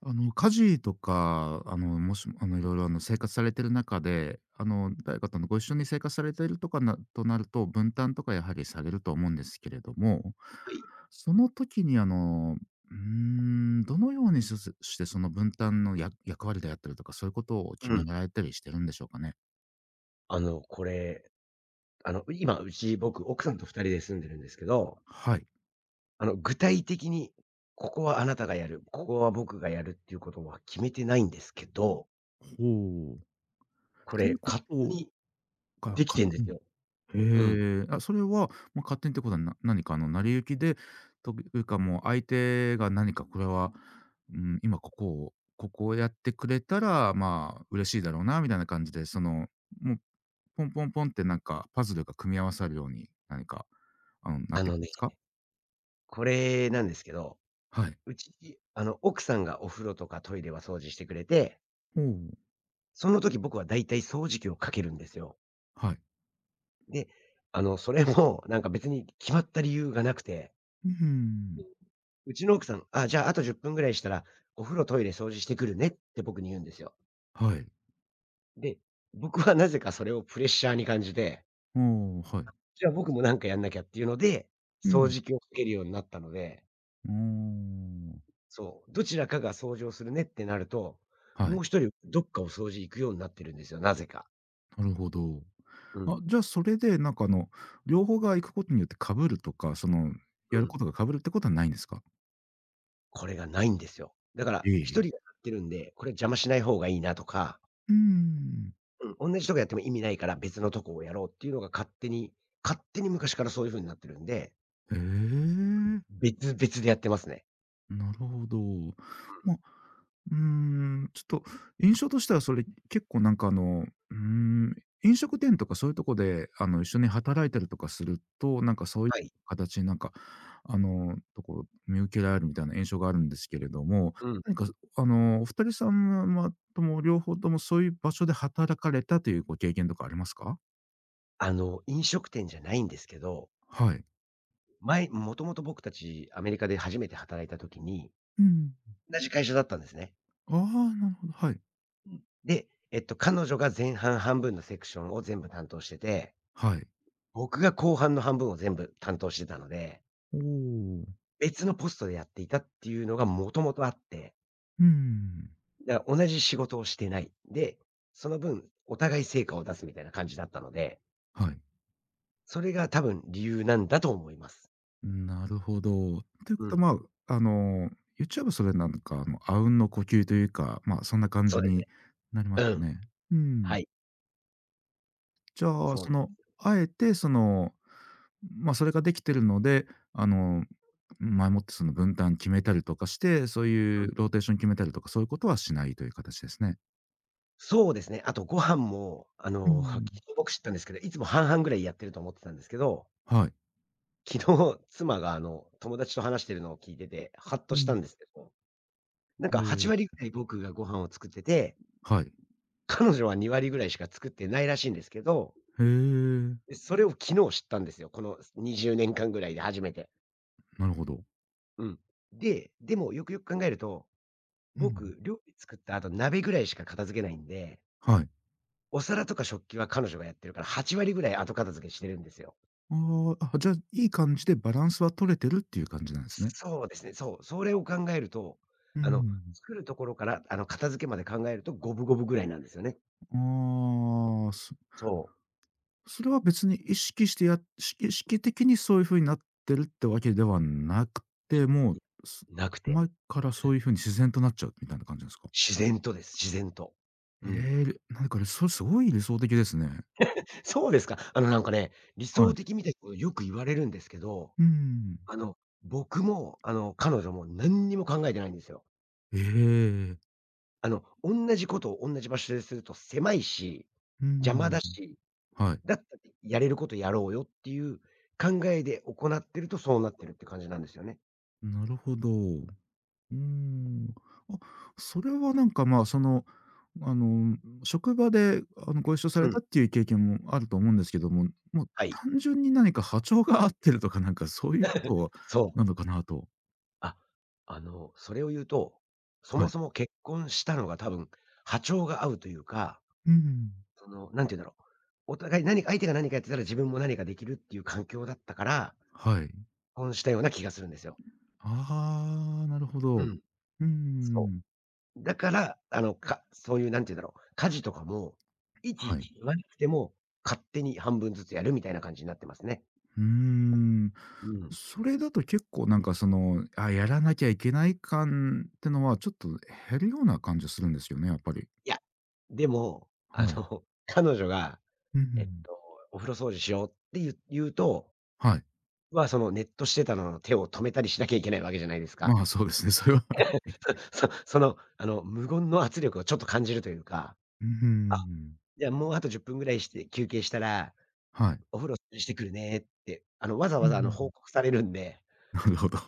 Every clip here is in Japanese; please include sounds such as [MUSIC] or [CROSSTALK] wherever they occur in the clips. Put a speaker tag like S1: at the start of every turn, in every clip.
S1: 家事とか、もし、いろいろ、生活されてる中で、誰かとのご一緒に生活されてるとかなとなると、分担とかやはりされると思うんですけれども、
S2: はい。
S1: その時に、どのようにしてその分担のや役割であったりとか、そういうことを決
S2: う
S1: め
S2: ん。
S1: られたりしてるんでしょうかね？
S2: これ、今、うち、僕、奥さんと二人で住んでるんですけど、
S1: はい。
S2: 具体的に、ここはあなたがやる、ここは僕がやるっていうことは決めてないんですけど、
S1: ほう。
S2: こ
S1: とい
S2: れ、
S1: うこ
S2: 勝手
S1: と
S2: に
S1: が
S2: でき
S1: 勝
S2: てんで
S1: 手
S2: す
S1: に。
S2: よ。うん。
S1: へえ、あ、それは、ま、勝手にってことは、何か成り行きで、というかもう相手が何かこれは、今ここをやってくれたら、まあ、嬉しいだろうなみたいな感じで、その、もう、ポンポンポンってなんかパズルが組み合わさるように、何か、なっ
S2: あ
S1: てい
S2: の
S1: くん
S2: ね、
S1: ですか？
S2: これなんですけど、
S1: はい。
S2: うち、奥さんがお風呂とかトイレは掃除してくれて、
S1: ほう、
S2: その時僕はだいたい掃除機をかけるんですよ。
S1: はい。
S2: で、それも、なんか別に決まった理由がなくて、
S1: うふん。
S2: うちの奥さん、あ、じゃあ、あと10分ぐらいしたら、お風呂、トイレ、掃除してくるねって僕に言うんですよ。
S1: はい。
S2: で、僕はなぜかそれをプレッシャーに感じて、
S1: ああ、はい。
S2: じゃあ僕もなんかやんなきゃっていうので、
S1: う
S2: 掃
S1: ん。
S2: 除機をかけるようになったので、
S1: あ
S2: そう、どちらかが掃除をするねってなると、
S1: あ、は
S2: もう
S1: い。
S2: 一人どっかを掃除行くようになってるんですよ、なぜか。
S1: なるほど。
S2: う
S1: あ、
S2: ん。
S1: じゃあそれでなんか両方が行くことによって被るとか、そのや
S2: う
S1: る
S2: ん。
S1: ことが被るってことはないんですか？
S2: これがないんですよ。だから、
S1: え
S2: 一人が
S1: え、
S2: やってるんで、これ邪魔しない方がいいなとか、
S1: うーん。
S2: うん、同じとこやっても意味ないから別のとこをやろうっていうのが勝手に昔からそういう風になってるんで、
S1: へえ。
S2: 別々でやってますね。
S1: なるほど。
S2: うん、
S1: まあ、ちょっと印象としてはそれ、結構なんかうーん、飲食店とかそういうとこで、一緒に働いたりとかすると、なんかそういう
S2: はい。
S1: 形になんか、とこ見受けられるみたいな印象があるんですけれども、
S2: うん。
S1: 何かお二人さんはとも両方ともそういう場所で働かれたというご経験とかありますか？
S2: 飲食店じゃないんですけど、
S1: はい。
S2: 前もともと僕たちアメリカで初めて働いた時に、
S1: うん。
S2: 同じ会社だったんですね。
S1: ああ、なるほど、はい。
S2: うん。で、彼女が前半半分のセクションを全部担当してて、
S1: はい。
S2: 僕が後半の半分を全部担当してたので、
S1: おお。
S2: 別のポストでやっていたっていうのがもともとあって、
S1: うーん。
S2: だから同じ仕事をしてない。で、その分、お互い成果を出すみたいな感じだったので、
S1: はい。
S2: それが多分理由なんだと思います。
S1: なるほど。という
S2: う
S1: こと
S2: ん。
S1: は、まあ、言っちゃえばそれなんか、阿吽の呼吸というか、まあ、そんな感
S2: そ
S1: じ
S2: うですね。
S1: になりま
S2: う
S1: す
S2: ん。
S1: ね。うん。
S2: はい。
S1: じゃあ、
S2: そう。
S1: その、あえて、その、まあ、それができてるので、あの、前もってその分担決めたりとかして、そう
S2: う
S1: い
S2: ん。
S1: うローテーション決めたりとか、そういうことはしないという形ですね。
S2: そうですね。あとご飯も、
S1: う
S2: [LAUGHS] 昨
S1: ん。
S2: 日僕知ったんですけど、いつも半々ぐらいやってると思ってたんですけど、
S1: はい。
S2: 昨日妻が友達と話してるのを聞いてて、ハッと
S1: う
S2: した
S1: ん。
S2: んですけど、なんか
S1: お
S2: 8割
S1: ー、
S2: ぐらい僕がご飯を作ってて、
S1: はい。
S2: 彼女は2割ぐらいしか作ってないらしいんですけど、
S1: へえ、
S2: で、それを昨日知ったんですよ。この20年間ぐらいで初めて。
S1: なるほど。
S2: うん。で、でもよくよく考えると、
S1: うん。
S2: 僕、料理作った後、鍋ぐらいしか片付けないんで、
S1: はい。
S2: お皿とか食器は彼女がやってるから、8割ぐらい後片付けしてるんですよ。
S1: ああ、あ、じゃあ、いい感じでバランスは取れてるっていう感じなんですね。
S2: そうですね、そう。それを考えると、
S1: う
S2: あの、
S1: ん。
S2: 作るところから、片付けまで考えると五分五分ぐらいなんですよね。
S1: ああ、
S2: そう。
S1: それは別に意識してや意識意識的にそういう風になってるってわけではなくて、もう、す
S2: いなくて、
S1: 前からそういう風に自然となっちゃうみたいな感じなんですか？
S2: 自然とです、自然と。う
S1: え
S2: ん。
S1: え、なんか、それすごい理想的ですね。
S2: そうですか。なんかね、理
S1: は
S2: 想
S1: い。
S2: 的みたいなことよく言われるんですけど、
S1: うん。
S2: あの、僕も、彼女も何にも考えてないんですよ。
S1: ええ。
S2: 同じことを同じ場所ですると狭いし、
S1: う
S2: 邪魔だ
S1: ん。
S2: し、
S1: はい。
S2: だったらやれることやろうよっていう考えで行ってると、そうなってるって感じなんですよね。
S1: なるほど。うーん。あ、それはなんか、まあ、その、あの、職場で、ご一緒さ
S2: う
S1: れた
S2: ん。
S1: っていう経験もあると思うんですけども、もう
S2: はい。
S1: 単純に何か波長が合ってるとか、なんかそういうこと
S2: そう。
S1: なのかなと。
S2: あ、それを言うと、そ
S1: は
S2: も
S1: い。
S2: そも結婚したのが多分波長が合うというか、
S1: うん。
S2: その、なんて言うんだろう。お互い何か相手が何かやってたら自分も何かできるっていう環境だったから、
S1: はい。
S2: 結婚したような気がするんですよ。
S1: ああ、なるほ
S2: う
S1: ど。う
S2: ん。
S1: ー
S2: そ
S1: ん。
S2: う。だから、かそういうなんて言うんだろう、家事とかも、いち
S1: は
S2: い
S1: い。
S2: ち言わなくても、勝手に半分ずつやるみたいな感じになってますね。
S1: うーん。
S2: うん。
S1: それだと結構なんかその、あ、やらなきゃいけない感ってのはちょっと減るような感じするんですよね、やっぱり。
S2: いや、でも、
S1: はい。
S2: [LAUGHS] 彼女が、
S1: うんう
S2: えっ
S1: ん。
S2: と、お風呂掃除しようって言うと、
S1: はい。
S2: まあ、そのネットしてたのの手を止めたりしなきゃいけないわけじゃないですか。
S1: まあ、そうですね、それは [LAUGHS]。
S2: [LAUGHS] その、無言の圧力をちょっと感じるというか、
S1: うー
S2: あ、
S1: ん。
S2: じゃあもうあと10分ぐらいして休憩したら、
S1: はい。
S2: お風呂掃除してくるねって、わざ
S1: う
S2: わ
S1: んう
S2: ざ、
S1: んう
S2: 報
S1: ん。
S2: 告されるんで、
S1: [LAUGHS] なるほど。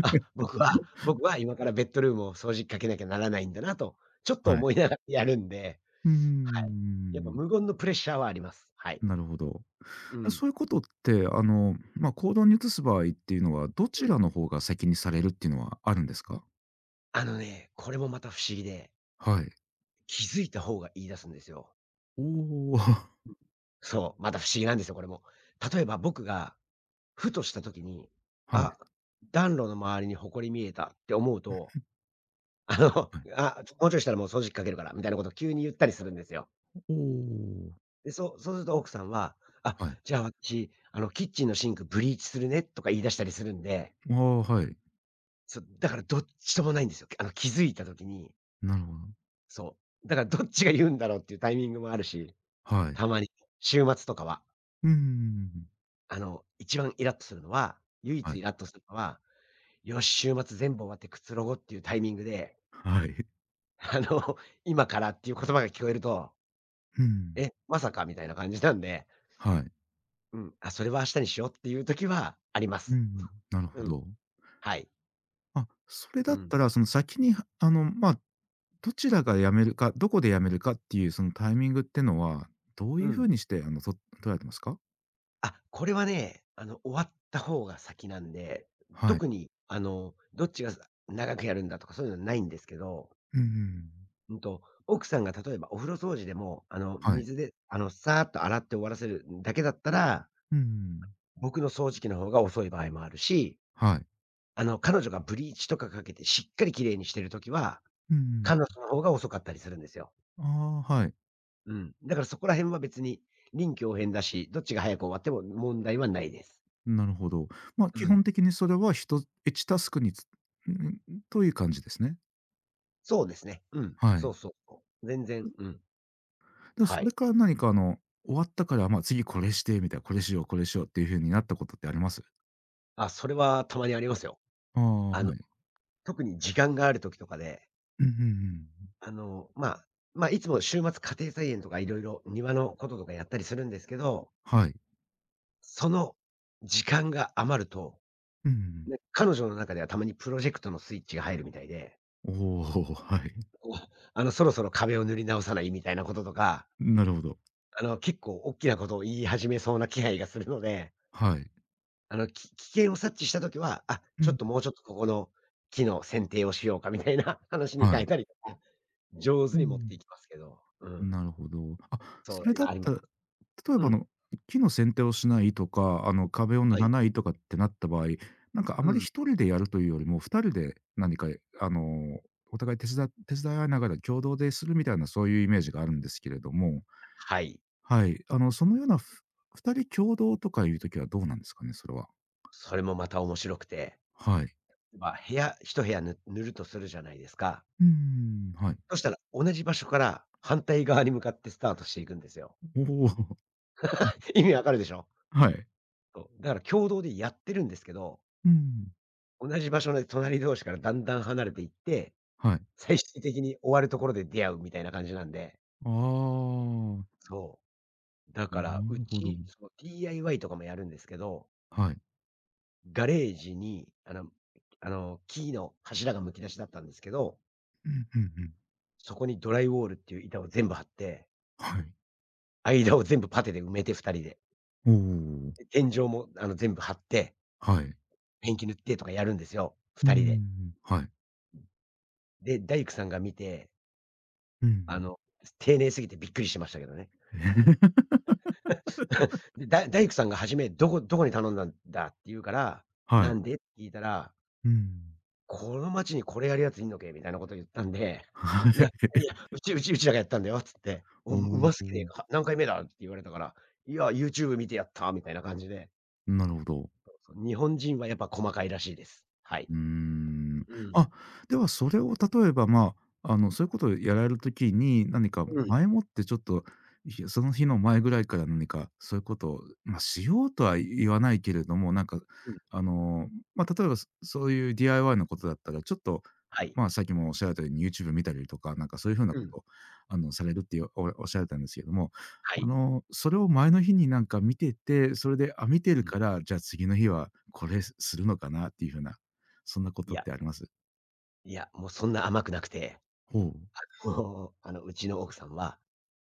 S2: あ、僕は今からベッドルームを掃除機かけなきゃならないんだなと、ちょっ
S1: は
S2: と
S1: い。
S2: 思いながらやるんで、
S1: うー
S2: はい。やっぱ
S1: ん。
S2: 無言のプレッシャーはあります。はい。
S1: なるほど。
S2: うん。
S1: そういうことって、まあ、行動に移す場合っていうのは、ど
S2: う
S1: ち
S2: ん。
S1: らの方が先にされるっていうのはあるんですか？
S2: あのね、これもまた不思議で、
S1: はい。
S2: 気づいた方が言い出すんですよ。
S1: おお。[LAUGHS]
S2: そう、また不思議なんですよ、これも。例えば僕がふとした時に、
S1: はい、
S2: あ、暖炉の周りに埃見えたって思うと、[LAUGHS]
S1: はい。
S2: あ、もうちょいしたらもう掃除機かけるからみたいなことを急に言ったりするんですよ。
S1: おお。
S2: で、そうすると奥さんは、あ、
S1: はい。
S2: じゃあ私、あのキッチンのシンクブリーチするねとか言い出したりするんで、
S1: ああ、はい。
S2: そう、だからどっちともないんですよ。あの気づいた時に、
S1: なるほど。
S2: そう。だからどっちが言うんだろうっていうタイミングもあるし、
S1: はい。
S2: たまに、週末とかは、
S1: うんうんうん、
S2: 一番イラッとするのは、唯
S1: は
S2: 一
S1: い。
S2: イラッとするのは、よし、週末全部終わってくつろごうっていうタイミングで、
S1: はい。
S2: [LAUGHS] あの、今からっていう言葉が聞こえると、
S1: うん。
S2: え、まさかみたいな感じなんで、
S1: はい。
S2: うん、あ、それは明日にしようっていう時はありま
S1: う
S2: す。
S1: ん、なる
S2: う
S1: ほ
S2: ん、
S1: ど。
S2: はい。
S1: あ、それ
S2: う
S1: だっ
S2: ん、
S1: たら、その先に、まあ、どちらが辞めるか、どこで辞めるかっていうそのタイミングってのは、どう
S2: う
S1: いう風
S2: ん。
S1: にして、捉えてますか？
S2: あ、これはね、終わった方が先なんで、
S1: はい。
S2: 特に、どっちが長くやるんだとかそういうのはないんですけど、
S1: うんうん。
S2: うんと、奥さんが例えばお風呂掃除でも、
S1: はい。
S2: 水で、さーっと洗って終わらせるだけだったら、
S1: うんうん。
S2: 僕の掃除機の方が遅い場合もあるし、
S1: はい。
S2: 彼女がブリーチとかかけてしっかり綺麗にしてるときは、
S1: うんう
S2: 彼女
S1: ん。
S2: の方が遅かったりするんですよ。
S1: ああ、はい。
S2: うん。だからそこら辺は別に臨機応変だし、どっちが早く終わっても問題はないです。
S1: なるほど。ま、
S2: う
S1: 基
S2: ん。
S1: 本的にそれは1対1タスクにつんん、という感じですね。
S2: そうですね。うん。
S1: は
S2: そ
S1: い。
S2: うそうそう。全然、うん。
S1: で、
S2: は
S1: それ
S2: い。
S1: から何か終わったから、ま、次これしてみたいな、これしようこれしようっていう風になったことってあります？
S2: あ、それはたまにありますよ。
S1: ああ、
S2: あの、
S1: はい。
S2: 特に時間があるときとかで、
S1: うんうんうん。
S2: あの、まあ、まあ、いつも週末家庭菜園とかいろいろ庭のこととかやったりするんですけど、
S1: はい。
S2: その時間が余ると、
S1: うんうん。
S2: ね、彼女の中ではたまにプロジェクトのスイッチが入るみたいで、
S1: おお、はい。[LAUGHS]
S2: お、そろそろ壁を塗り直さないみたいなこととか、
S1: なるほど。
S2: 結構大きなことを言い始めそうな気配がするので、
S1: はい。
S2: 危険を察知したときは、あ、
S1: う
S2: ちょっ
S1: ん。
S2: ともうちょっとここの木の剪定をしようかみたいな [LAUGHS] 話に変
S1: はい。
S2: えたりとか、上
S1: う
S2: 手に持っ
S1: ん。
S2: ていきますけど、うん、
S1: なるほど。あ、
S2: そ
S1: そ
S2: う、
S1: れだっ
S2: ありま
S1: た
S2: す。
S1: ら、例え
S2: う
S1: ば
S2: ん、
S1: 木の剪定をしないとか、壁を塗
S2: は
S1: ら
S2: い、
S1: ないとかってなった場合、なんかあ
S2: う
S1: まり
S2: ん。
S1: 一人でやるというよりも、二人で何かあの、お互い手伝い合いながら共同でするみたいなそういうイメージがあるんですけれども、
S2: はい。
S1: はい。そのような人共同とかいう時はどうなんですかね？それは。
S2: それもまた面白くて、
S1: はい。
S2: まあ、一部屋塗るとするじゃないですか。
S1: うーん。はい。
S2: そしたら同じ場所から反対側に向かってスタートしていくんですよ。
S1: おお。[LAUGHS]
S2: [LAUGHS] 意味わかるでしょ？
S1: はい。
S2: そう、だから共同でやってるんですけど、
S1: うん。
S2: 同じ場所で隣同士からだんだん離れていって、
S1: はい。
S2: 最終的に終わるところで出会うみたいな感じなんで。
S1: ああ、
S2: そう。だから、
S1: な
S2: う
S1: るほど。
S2: ち、その DIY とかもやるんですけど、
S1: はい。
S2: ガレージに、あの、木の柱がむき出しだったんですけど、
S1: うんうんうん。
S2: そこにドライウォールっていう板を全部張って、
S1: はい。
S2: 間を全部パテで埋めて2人で。
S1: おお、
S2: で、天井もあの、全部張って、
S1: はい。
S2: ペンキ塗ってとかやるんですよ、
S1: う
S2: 2人で。
S1: ん。はい。
S2: で、大工さんが見て、
S1: う
S2: あ
S1: ん。
S2: の、丁寧すぎてびっくりしましたけどね。
S1: [LAUGHS]
S2: [LAUGHS] で、大工さんが初め「どこどこに頼んだんだ？」って言うから、
S1: は
S2: 「な
S1: い。
S2: んで？」って聞いたら、
S1: うん。
S2: 「この町にこれやるやついんのけ？」みたいなこと言ったんで、
S1: は
S2: 「いや、
S1: い。
S2: いや、うちらがやったんだよ」っつって、「お、う
S1: お
S2: ますぎて、
S1: お、
S2: は何回目だ？」って言われたから、「いや、YouTube 見てやった」みたいな感じで、
S1: なるほど。
S2: 日本人はやっぱ細かいらしいです。はい。
S1: うーん。
S2: うん。
S1: あ、ではそれを例えば、まあ、そういうことをやられる時に、何か
S2: うん、
S1: 前もってちょっと、その日の前ぐらいから何かそういうことを、まあ、しようとは言わないけれども、なんか、
S2: うん。
S1: あの、まあ、例えば、そういう DIY のことだったら、ちょっと、
S2: はい。
S1: まあ、さっきもおっしゃられたように YouTube 見たりとか、なんかそういう風な
S2: う
S1: こ
S2: ん。
S1: と、されるっていうおっしゃられたんですけども、
S2: はい。
S1: それを前の日になんか見てて、それで、あ、見て
S2: う
S1: る
S2: ん。
S1: から、じゃあ次の日はこれするのかなっていう風なそんなこ
S2: い
S1: とっ
S2: や、
S1: てあります？
S2: いや、もうそんな甘くなくて、
S1: ほう。
S2: [LAUGHS] もう、あの、うちの奥さんは、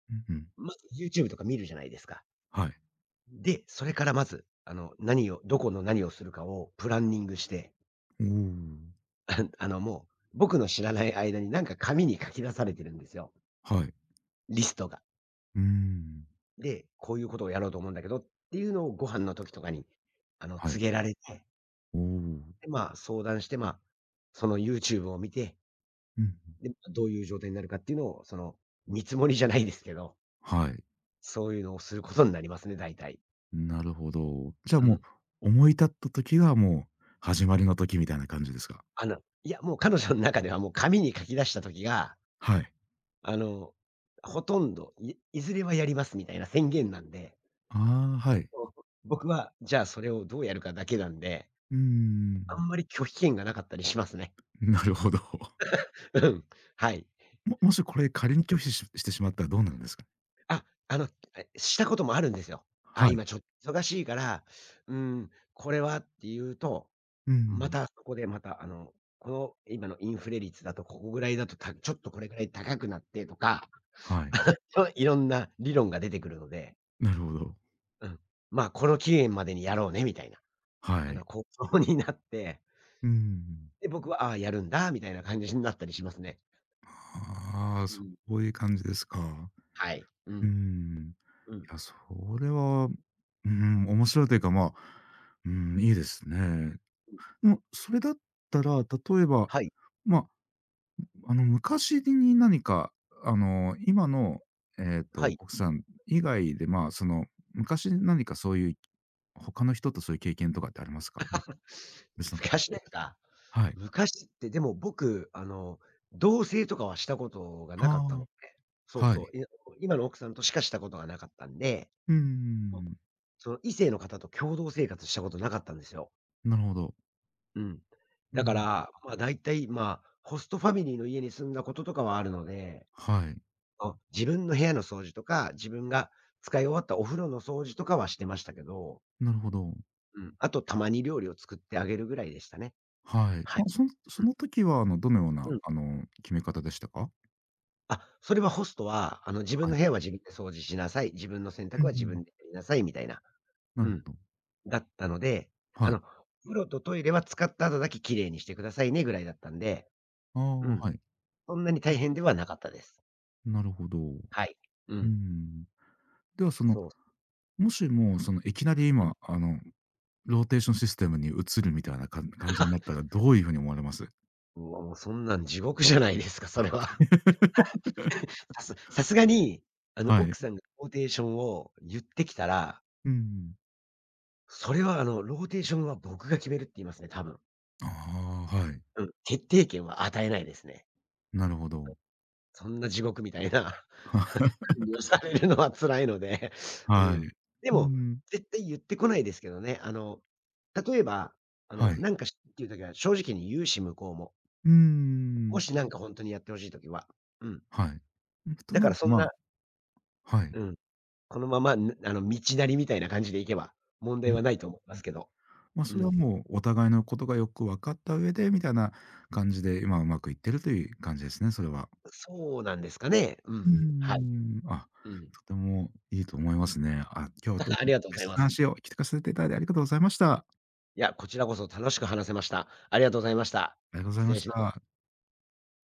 S1: うんうん。
S2: まず YouTube とか見るじゃないですか。
S1: はい。
S2: で、それからまず、あの、どこの何をするかをプランニングして、
S1: おお。
S2: [LAUGHS] あの、もう、僕の知らない間になんか紙に書き出されてるんですよ、
S1: はい。
S2: リストが。
S1: うーん。
S2: で、こういうことをやろうと思うんだけどっていうのをご飯の時とかに、あの、
S1: はい。
S2: 告げられて、
S1: おお。う
S2: で、まあ、相談して、まあ、その YouTube を見て、
S1: んうん。
S2: で、まどういう状態になるかっていうのを、その、見積もりじゃないですけど、
S1: はい。
S2: そういうのをすることになりますね、大体。
S1: なるほど。じゃあ、
S2: う
S1: も
S2: ん。
S1: う思い立った時がもう始まりの時みたいな感じですか？
S2: あの、いや、もう彼女の中ではもう紙に書き出した時が、
S1: はい。
S2: あの、ほとんど、いいずれはやりますみたいな宣言なんで、
S1: ああ、はい。
S2: そう、僕は、じゃあそれをどうやるかだけなんで、
S1: うー
S2: あ
S1: ん。
S2: んまり拒否権がなかったりしますね。
S1: なるほど。
S2: うん、はい。
S1: もしこれ仮に拒否してしまったらどうなるんですか？
S2: あ、あの、え、したこともあるんですよ。あ、
S1: はい。
S2: 今ちょっと忙しいから、うん、これはっていうと、
S1: う
S2: ま
S1: ん、
S2: たそこでまたあの、この今のインフレ率だとここぐらいだと、たちょっとこれぐらい高くなってとか、
S1: はい。
S2: そういろんな理論が出てくるので、
S1: なるほど。
S2: うん。まあ、この期限までにやろうねみたいな、
S1: は
S2: あの、
S1: い。
S2: 構想になって、
S1: うん。
S2: で、僕は、ああ、やるんだみたいな感じになったりしますね。
S1: ああ、
S2: う
S1: そ
S2: ん。
S1: ういう感じですか。
S2: はい。う
S1: うー
S2: ん。
S1: ん。い
S2: うん。
S1: や、それは、面白いというか、まあ、うーいいですね。でも、それだったら、例えば、
S2: はい。
S1: まあ、昔に何か、今の、
S2: はい。
S1: 奥さん以外で、まあ、その、昔何かそういう、他の人とそういう経験とかってありますか？まあ、別の方
S2: 昔で
S1: で。
S2: すか。
S1: はい。
S2: 昔って、でも僕、あの、同棲とかはしたことがなかったの
S1: ああ、
S2: で、そう
S1: は
S2: そ
S1: い。
S2: う、いや、今の奥さんとしかしたことがなかったんで、
S1: ううん。
S2: その異性の方と共同生活したことなかったんですよ。
S1: なるほど。
S2: うん。
S1: う
S2: だか
S1: ん。
S2: ら、ま、大体、まあ、ホストファミリーの家に住んだこととかはあるので、
S1: はい。
S2: あ、自分の部屋の掃除とか、自分が使い終わったお風呂の掃除とかはしてましたけど、
S1: なるほど。
S2: うん、あとたまに料理を作ってあげるぐらいでしたね。
S1: はい。
S2: はい。
S1: まあ、その時は、どのような、
S2: うん。
S1: 決め方でしたか？
S2: あ、それはホストは、あの、自分
S1: は
S2: の
S1: い。
S2: 部屋は自分で掃除しなさい、自分の洗
S1: う
S2: 濯
S1: んう
S2: は自
S1: ん。
S2: 分でやりなさいみたいな、
S1: な
S2: う
S1: る
S2: ん、
S1: ほど。
S2: だったので、あ
S1: はい。
S2: の、お風呂とトイレは使った後だけ綺麗にしてくださいねぐらいだったんで、
S1: あ
S2: う
S1: あ、
S2: ん、
S1: はい。
S2: そんなに
S1: う
S2: 大変ではなかったです。
S1: ん、なるほど。
S2: はい。う
S1: う
S2: ん。
S1: ん。では、その、
S2: そう。
S1: もしも、その、いきなり
S2: うん。
S1: 今、ローテーションシステムに移るみたいな感じになったら、どういう風に思われます？
S2: うわ、もうそんなん地獄じゃないですか、それは。
S1: [LAUGHS]
S2: [LAUGHS] さすがに、あの、
S1: はい。
S2: 奥さんがローテーションを言ってきたら、
S1: うん、
S2: それはあの、ローテーションは僕が決めるって言いますね、多分。
S1: ああ、はい。
S2: うん、決定権は与えないですね。
S1: なるほど。
S2: そんな地獄みたいな、 [LAUGHS]、
S1: [LAUGHS]
S2: 管理を [LAUGHS] されるのは辛いので、[LAUGHS] う
S1: はい。
S2: ん。で
S1: う
S2: も、
S1: ん。
S2: 絶対言ってこないですけどね。あの、例えば、あ
S1: は
S2: の、
S1: い。
S2: なんか、しっていうときは正直に言うし、向こうも。
S1: うー
S2: も
S1: ん。
S2: しなんか本当にやってほしいときは。うん。
S1: はい。と
S2: だ
S1: な
S2: から
S1: る
S2: そ
S1: と、
S2: ん
S1: ま
S2: な、
S1: あ、はい。
S2: うん、このまま、ぬあの、道なりみたいな感じでいけば、問題
S1: うん。
S2: はないと思いますけど。
S1: まあ、
S2: う
S1: それは
S2: ん。
S1: もうお互いのことがよく分かった上でみたいな感じで、今うまくいってるという感じですね、それは。
S2: そうなんですかね。うん。はい。
S1: あ、
S2: うん。
S1: とてもいいと思いますね。あ、今日は別
S2: [LAUGHS]
S1: の
S2: ありがとうございます。
S1: 話を聞かせていただいてありがとうございました。
S2: いや、こちらこそ楽しく話せました。ありがとうございました。
S1: ありがとうござい
S2: 失
S1: ま
S2: 礼
S1: し
S2: します。
S1: た。